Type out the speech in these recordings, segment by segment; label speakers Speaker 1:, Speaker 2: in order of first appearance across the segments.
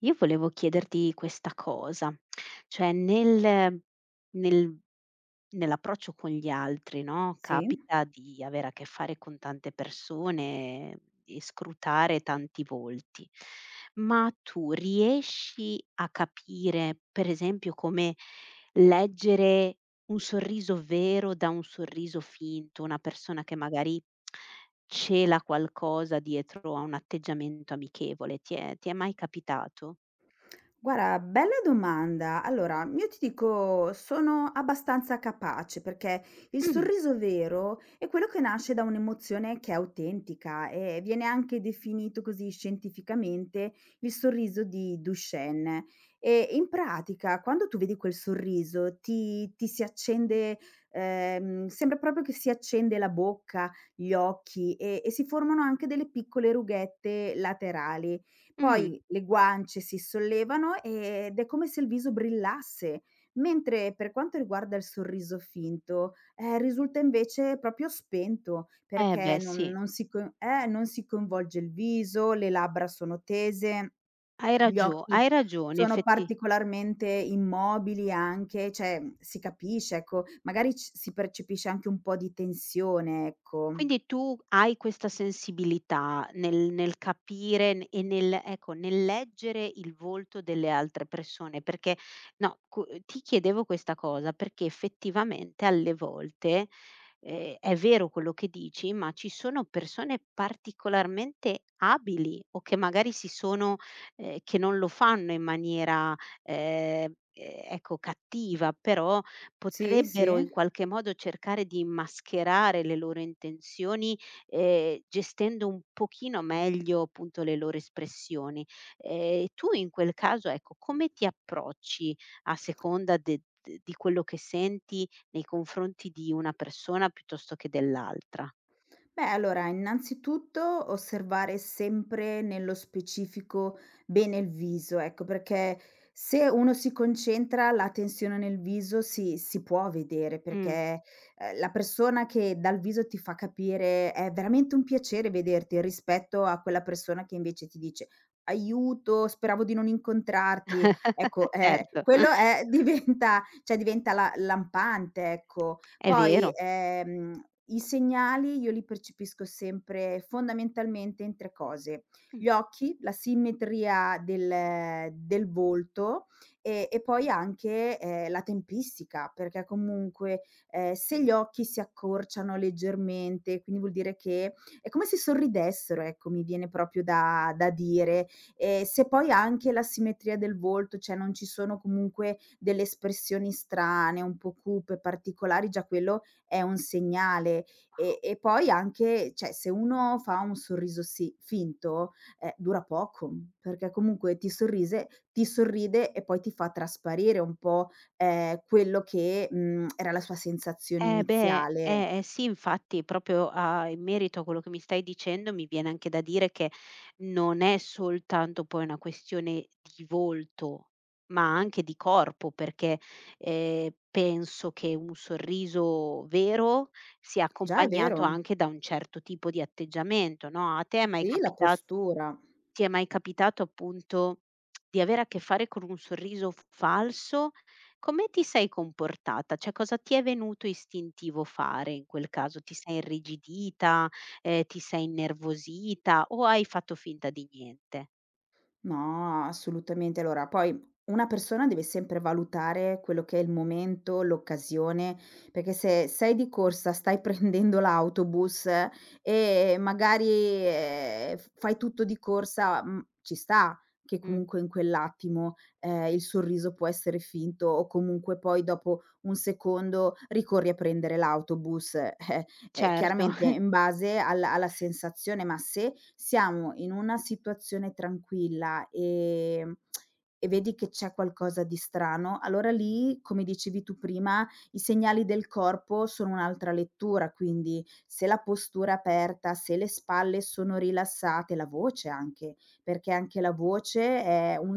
Speaker 1: Io volevo chiederti questa cosa, cioè nel nell'approccio con gli altri, no,
Speaker 2: Sì.
Speaker 1: capita di avere a che fare con tante persone e scrutare tanti volti, ma tu riesci a capire, per esempio, come leggere un sorriso vero da un sorriso finto, una persona che magari cela qualcosa dietro a un atteggiamento amichevole? Ti è mai capitato?
Speaker 2: Guarda, bella domanda. Allora, io ti dico, sono abbastanza capace perché il
Speaker 1: Mh,
Speaker 2: sorriso vero è quello che nasce da un'emozione che è autentica e viene anche definito così scientificamente il sorriso di Duchenne. E in pratica, quando tu vedi quel sorriso, ti si accende, sembra proprio che si accende la bocca, gli occhi e si formano anche delle piccole rughette laterali.
Speaker 1: mh.
Speaker 2: Poi le guance si sollevano ed è come se il viso brillasse, mentre per quanto riguarda il sorriso finto, risulta invece proprio spento,
Speaker 1: Eh beh
Speaker 2: perché
Speaker 1: sì,
Speaker 2: non si coinvolge il viso, le labbra sono tese, gli occhi
Speaker 1: hai ragione
Speaker 2: sono
Speaker 1: effetti.
Speaker 2: particolarmente immobili anche, cioè, si capisce, ecco, magari c si percepisce anche un po' di tensione, ecco.
Speaker 1: Quindi tu hai questa sensibilità nel capire n e nel ecco, nel leggere il volto delle altre persone, perché no, cu ti chiedevo questa cosa perché effettivamente alle volte, è vero quello che dici, ma ci sono persone particolarmente abili o che magari si sono che non lo fanno in maniera, ecco, cattiva, però
Speaker 2: Sì, sì.
Speaker 1: potrebbero in qualche modo cercare di mascherare le loro intenzioni, gestendo un pochino meglio appunto le loro espressioni. Tu in quel caso, ecco, come ti approcci a seconda de d di quello che senti nei confronti di una persona piuttosto che dell'altra?
Speaker 2: Beh, allora, innanzitutto osservare sempre nello specifico bene il viso, ecco, perché se uno si concentra, la tensione nel viso si può vedere,
Speaker 1: Mh.
Speaker 2: perché la persona che dal viso ti fa capire è veramente un piacere vederti rispetto a quella persona che invece ti dice aiuto, speravo di non incontrarti. Ecco,
Speaker 1: Certo,
Speaker 2: diventa, cioè diventa lampante, ecco.
Speaker 1: è
Speaker 2: Poi,
Speaker 1: vero.
Speaker 2: i segnali io li percepisco sempre fondamentalmente in 3 cose: gli occhi, la simmetria del volto e poi anche, la tempistica, perché comunque, se gli occhi si accorciano leggermente, quindi vuol dire che è come se sorridessero, ecco, mi viene proprio da dire. E se poi anche la simmetria del volto, cioè non ci sono comunque delle espressioni strane, un po' cupe, particolari, già quello è un segnale. E poi anche cioè se uno fa un sorriso finto, dura poco, perché comunque ti sorride e poi ti fa trasparire un po', quello che, era la sua sensazione
Speaker 1: Eh beh,
Speaker 2: iniziale.
Speaker 1: eh sì, infatti proprio, a in merito a quello che mi stai dicendo, mi viene anche da dire che non è soltanto poi una questione di volto, ma anche di corpo, perché, penso che un sorriso vero sia
Speaker 2: Già, è
Speaker 1: accompagnato
Speaker 2: vero.
Speaker 1: anche da un certo tipo di atteggiamento, no, a te è mai
Speaker 2: Sì, la
Speaker 1: capita
Speaker 2: postura.
Speaker 1: ti è mai capitato appunto di avere a che fare con un sorriso f falso? Come ti sei comportata? Cioè, cosa ti è venuto istintivo fare in quel caso? Ti sei irrigidita, ti sei innervosita o hai fatto finta di niente?
Speaker 2: No, assolutamente. Allora, poi una persona deve sempre valutare quello che è il momento, l'occasione, perché se sei di corsa, stai prendendo l'autobus e magari, f fai tutto di corsa, ci sta che
Speaker 1: Mh,
Speaker 2: comunque in quell'attimo, il sorriso può essere finto o comunque poi dopo un secondo ricorri a prendere l'autobus. Eh,
Speaker 1: certo.
Speaker 2: chiaramente in base alla sensazione, ma se siamo in una situazione tranquilla, e vedi che c'è qualcosa di strano, allora lì, come dicevi tu prima, i segnali del corpo sono un'altra lettura, quindi se la postura è aperta, se le spalle sono rilassate, la voce anche, perché anche la voce è un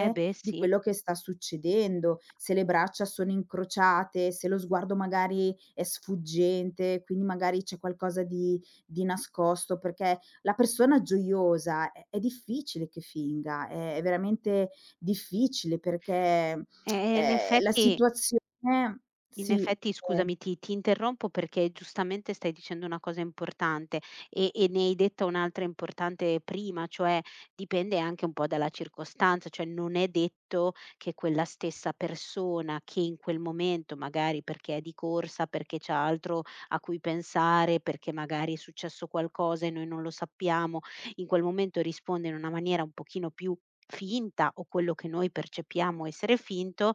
Speaker 1: Eh beh
Speaker 2: di
Speaker 1: sì.
Speaker 2: quello che sta succedendo, se le braccia sono incrociate, se lo sguardo magari è sfuggente, quindi magari c'è qualcosa di nascosto, perché la persona gioiosa è difficile che finga, è veramente difficile perché,
Speaker 1: Eh, in
Speaker 2: la
Speaker 1: effetti
Speaker 2: situazione
Speaker 1: In
Speaker 2: sì,
Speaker 1: effetti scusami, ti interrompo perché giustamente stai dicendo una cosa importante e ne hai detta un'altra importante prima, cioè dipende anche un po' dalla circostanza, cioè non è detto che quella stessa persona che in quel momento, magari perché è di corsa, perché c'ha altro a cui pensare, perché magari è successo qualcosa e noi non lo sappiamo, in quel momento risponde in una maniera un pochino più finta o quello che noi percepiamo essere finto,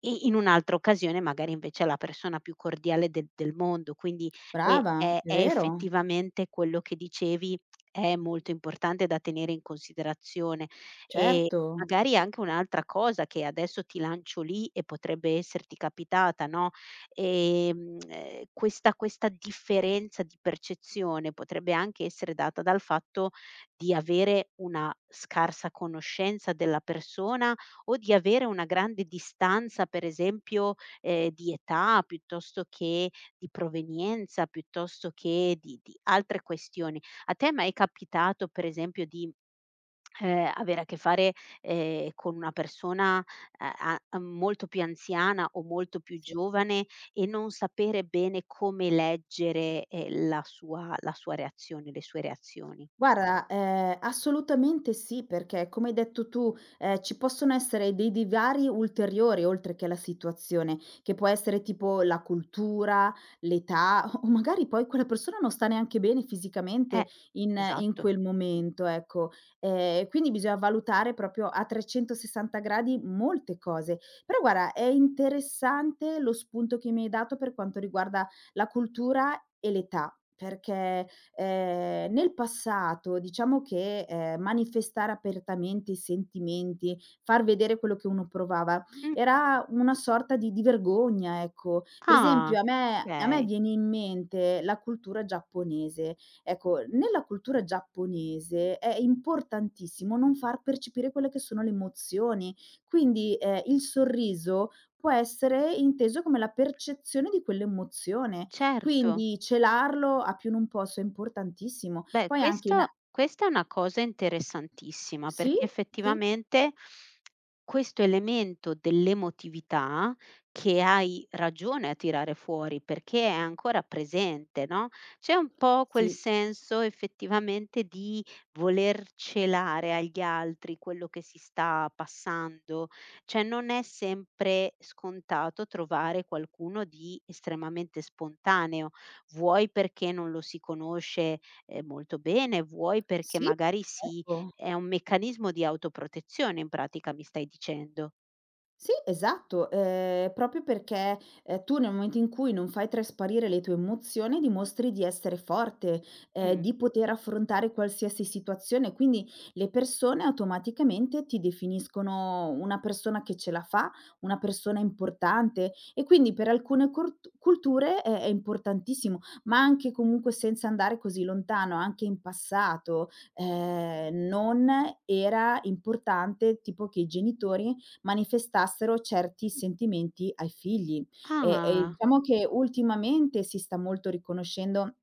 Speaker 1: e in un'altra occasione magari invece è la persona più cordiale del mondo, quindi
Speaker 2: brava, è
Speaker 1: è
Speaker 2: vero,
Speaker 1: effettivamente quello che dicevi è molto importante da tenere in considerazione. E
Speaker 2: certo.
Speaker 1: magari anche un'altra cosa che adesso ti lancio lì e potrebbe esserti capitata, no, questa differenza di percezione potrebbe anche essere data dal fatto di avere una scarsa conoscenza della persona o di avere una grande distanza, per esempio, di età, piuttosto che di provenienza, piuttosto che di altre questioni. A te è mai capitato, per esempio, di, avere a che fare, con una persona, a molto più anziana o molto più giovane e non sapere bene come leggere, la sua reazione, le sue reazioni?
Speaker 2: Guarda, assolutamente sì, perché come hai detto tu, ci possono essere dei divari ulteriori oltre che la situazione, che può essere tipo la cultura, l'età o magari poi quella persona non sta neanche bene
Speaker 1: Eh,
Speaker 2: fisicamente in
Speaker 1: esatto.
Speaker 2: quel momento, ecco. Quindi bisogna valutare proprio a 360 gradi molte cose. Però guarda, è interessante lo spunto che mi hai dato per quanto riguarda la cultura e l'età, perché nel passato diciamo che, manifestare apertamente i sentimenti, far vedere quello che uno provava,
Speaker 1: Mh.
Speaker 2: era una sorta di vergogna, ecco. Per
Speaker 1: Ah,
Speaker 2: esempio a me
Speaker 1: okay,
Speaker 2: viene in mente la cultura giapponese. Ecco, nella cultura giapponese è importantissimo non far percepire quelle che sono le emozioni, quindi, il sorriso può essere inteso come la percezione di quell'emozione.
Speaker 1: certo.
Speaker 2: Quindi celarlo a più non posso è importantissimo.
Speaker 1: Beh,
Speaker 2: Poi anche in
Speaker 1: questo
Speaker 2: a
Speaker 1: questa è una cosa interessantissima,
Speaker 2: Sì,
Speaker 1: perché
Speaker 2: sì,
Speaker 1: effettivamente questo elemento dell'emotività, che hai ragione a tirare fuori, perché è ancora presente, no, c'è un po' quel
Speaker 2: sì,
Speaker 1: senso effettivamente di voler celare agli altri quello che si sta passando, cioè non è sempre scontato trovare qualcuno di estremamente spontaneo, vuoi perché non lo si conosce molto bene, vuoi perché
Speaker 2: sì,
Speaker 1: magari si
Speaker 2: ecco.
Speaker 1: è un meccanismo di autoprotezione in pratica mi stai dicendo.
Speaker 2: Sì, esatto, proprio perché, tu nel momento in cui non fai trasparire le tue emozioni dimostri di essere forte,
Speaker 1: Mh.
Speaker 2: di poter affrontare qualsiasi situazione, quindi le persone automaticamente ti definiscono una persona che ce la fa, una persona importante e quindi per alcune cort culture è importantissimo, ma anche comunque senza andare così lontano, anche in passato, non era importante tipo che i genitori manifestassero certi sentimenti ai figli. E
Speaker 1: Ah.
Speaker 2: diciamo che ultimamente si sta molto riconoscendo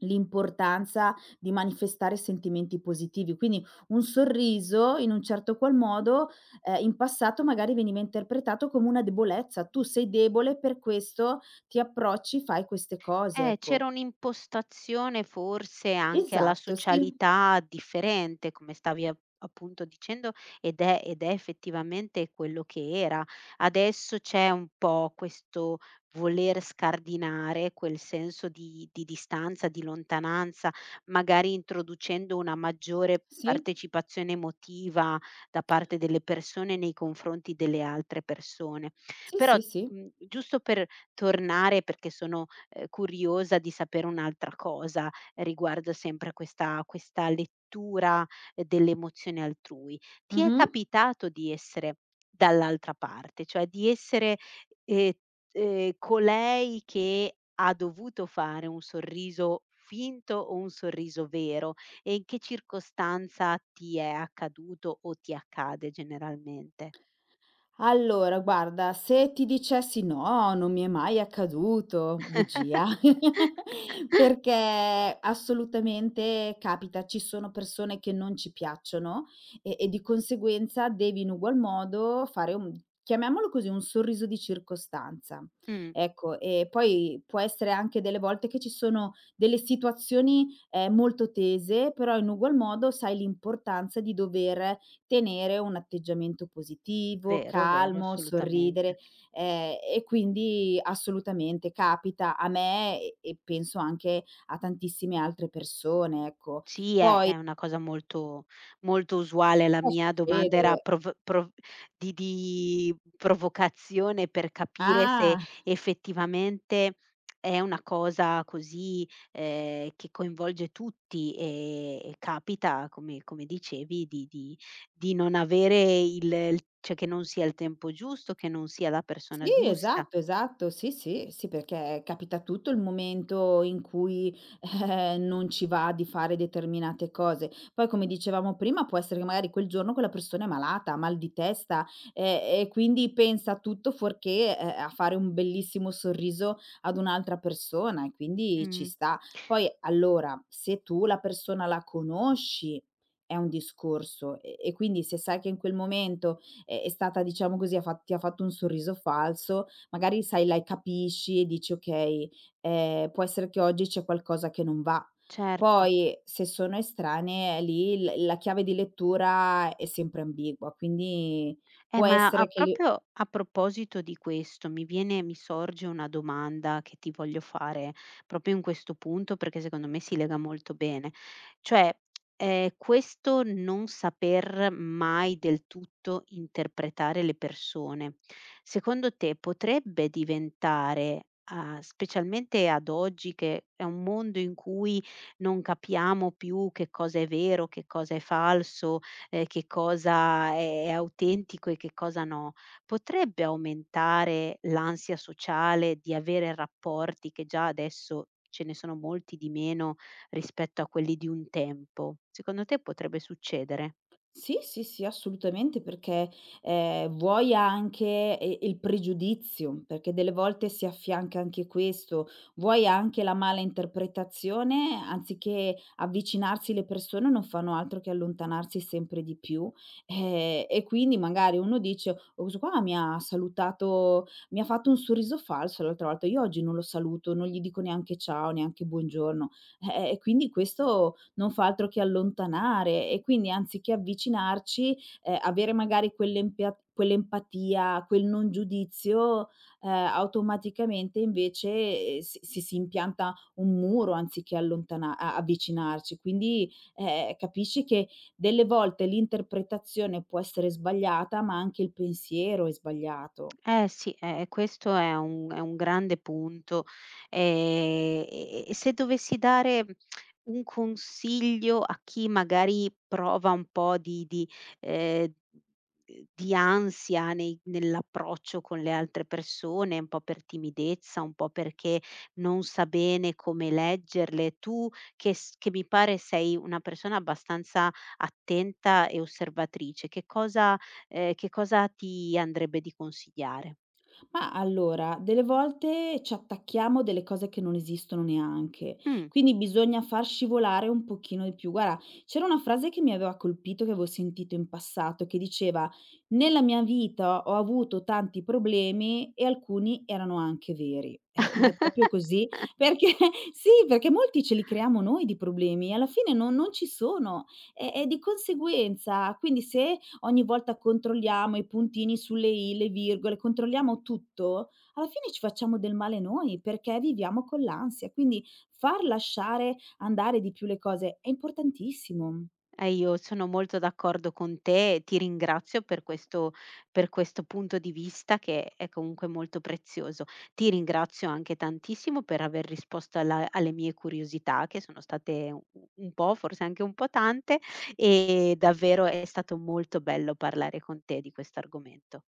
Speaker 2: l'importanza di manifestare sentimenti positivi, quindi un sorriso in un certo qual modo, in passato magari veniva interpretato come una debolezza: "Tu sei debole, per questo ti approcci, fai queste cose", ecco.
Speaker 1: C'era un'impostazione forse anche alla
Speaker 2: Esatto, sì.
Speaker 1: socialità differente, come stavi a appunto dicendo, ed è effettivamente quello che era. Adesso c'è un po' questo voler scardinare quel senso di distanza, di lontananza, magari introducendo una maggiore
Speaker 2: Sì.
Speaker 1: partecipazione emotiva da parte delle persone nei confronti delle altre persone.
Speaker 2: Sì,
Speaker 1: Però,
Speaker 2: sì, sì.
Speaker 1: mhmm, giusto per tornare, perché sono curiosa di sapere un'altra cosa riguardo sempre a questa lettura delle emozioni altrui. Ti è
Speaker 2: Mh-mh.
Speaker 1: capitato di essere dall'altra parte, cioè di essere, ehm, colei che ha dovuto fare un sorriso finto o un sorriso vero? E in che circostanza ti è accaduto o ti accade generalmente?
Speaker 2: Allora guarda, se ti dicessi: "No, non mi è mai accaduto", bugia, perché assolutamente capita. Ci sono persone che non ci piacciono e di conseguenza devi in ugual modo fare un chiamiamolo così, un sorriso di circostanza.
Speaker 1: Mh,
Speaker 2: Ecco, e poi può essere anche delle volte che ci sono delle situazioni, molto tese, però in ugual modo sai l'importanza di dover tenere un atteggiamento positivo,
Speaker 1: vero, vero,
Speaker 2: calmo, sorridere,
Speaker 1: assolutamente.
Speaker 2: e quindi assolutamente capita a me e penso anche a tantissime altre persone, ecco.
Speaker 1: Sì,
Speaker 2: Poi
Speaker 1: è una cosa molto molto usuale. La
Speaker 2: può
Speaker 1: mia domanda era
Speaker 2: succedere
Speaker 1: prov prov di provocazione per capire se
Speaker 2: ah!
Speaker 1: effettivamente è una cosa così, che coinvolge tutti, e capita, come come dicevi, di non avere il cioè che non sia il tempo giusto, che non sia la persona
Speaker 2: Sì,
Speaker 1: giusta.
Speaker 2: esatto, esatto. Sì, sì, sì, perché capita a tutto il momento in cui, non ci va di fare determinate cose. Poi, come dicevamo prima, può essere che magari quel giorno quella persona è malata, ha mal di testa, e quindi pensa a tutto fuorché, a fare un bellissimo sorriso ad un'altra persona e quindi ci
Speaker 1: Mh,
Speaker 2: sta. Poi, allora, se tu la persona la conosci è un discorso e quindi se sai che in quel momento è stata diciamo così, ha fa ti ha fatto un sorriso falso, magari sai la capisci e dici: "Okay, può essere che oggi c'è qualcosa che non va".
Speaker 1: certo.
Speaker 2: Poi se sono estranee lì l la chiave di lettura è sempre ambigua, quindi può
Speaker 1: Ma a
Speaker 2: essere che li
Speaker 1: proprio a proposito di questo, mi sorge una domanda che ti voglio fare proprio in questo punto, perché secondo me si lega molto bene. Cioè, questo non saper mai del tutto interpretare le persone, secondo te potrebbe diventare, specialmente ad oggi che è un mondo in cui non capiamo più che cosa è vero, che cosa è falso, che cosa è autentico e che cosa no, potrebbe aumentare l'ansia sociale di avere rapporti che già adesso ce ne sono molti di meno rispetto a quelli di un tempo? Secondo te potrebbe succedere?
Speaker 2: Sì, sì, sì, assolutamente, perché, vuoi anche il pregiudizio, perché delle volte si affianca anche questo, vuoi anche la mala interpretazione, anziché avvicinarsi le persone non fanno altro che allontanarsi sempre di più, e quindi magari uno dice: "Oh, questo qua mi ha salutato mi ha fatto un sorriso falso l'altra volta, io oggi non lo saluto, non gli dico neanche ciao, neanche buongiorno". E quindi questo non fa altro che allontanare e quindi anziché avvicinarci, avere magari quell'empatia, quel non giudizio, automaticamente invece, si impianta un muro anziché allontana a avvicinarci. Quindi, capisci che delle volte l'interpretazione può essere sbagliata, ma anche il pensiero è sbagliato.
Speaker 1: Eh sì, e questo è un grande punto. E se dovessi dare un consiglio a chi magari prova un po' ehm, di ansia nei nell'approccio con le altre persone, un po' per timidezza, un po' perché non sa bene come leggerle, tu che mi pare sei una persona abbastanza attenta e osservatrice, che cosa ti andrebbe di consigliare?
Speaker 2: Ma allora, delle volte ci attacchiamo delle cose che non esistono neanche,
Speaker 1: Mh,
Speaker 2: quindi bisogna far scivolare un pochino di più. Guarda, c'era una frase che mi aveva colpito, che avevo sentito in passato, che diceva: "Nella mia vita ho avuto tanti problemi e alcuni erano anche veri". Ma è proprio così, perché sì, perché molti ce li creiamo noi di problemi, alla fine non ci sono e di conseguenza quindi se ogni volta controlliamo i puntini sulle i, le virgole, controlliamo tutto, alla fine ci facciamo del male noi perché viviamo con l'ansia. Quindi far lasciare andare di più le cose è importantissimo.
Speaker 1: io sono molto d'accordo con te e ti ringrazio per questo punto di vista che è comunque molto prezioso. Ti ringrazio anche tantissimo per aver risposto alla alle mie curiosità che sono state u un po', forse anche un po' tante, e davvero è stato molto bello parlare con te di questo argomento.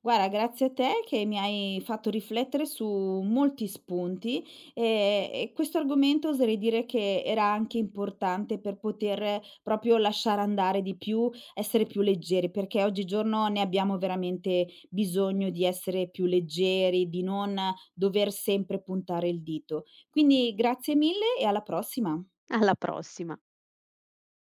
Speaker 2: Guarda, grazie a te che mi hai fatto riflettere su molti spunti, ehm, e questo argomento oserei dire che era anche importante per poter proprio lasciare andare di più, essere più leggeri, perché oggigiorno ne abbiamo veramente bisogno di essere più leggeri, di non dover sempre puntare il dito. Quindi grazie mille e alla prossima.
Speaker 1: Alla prossima.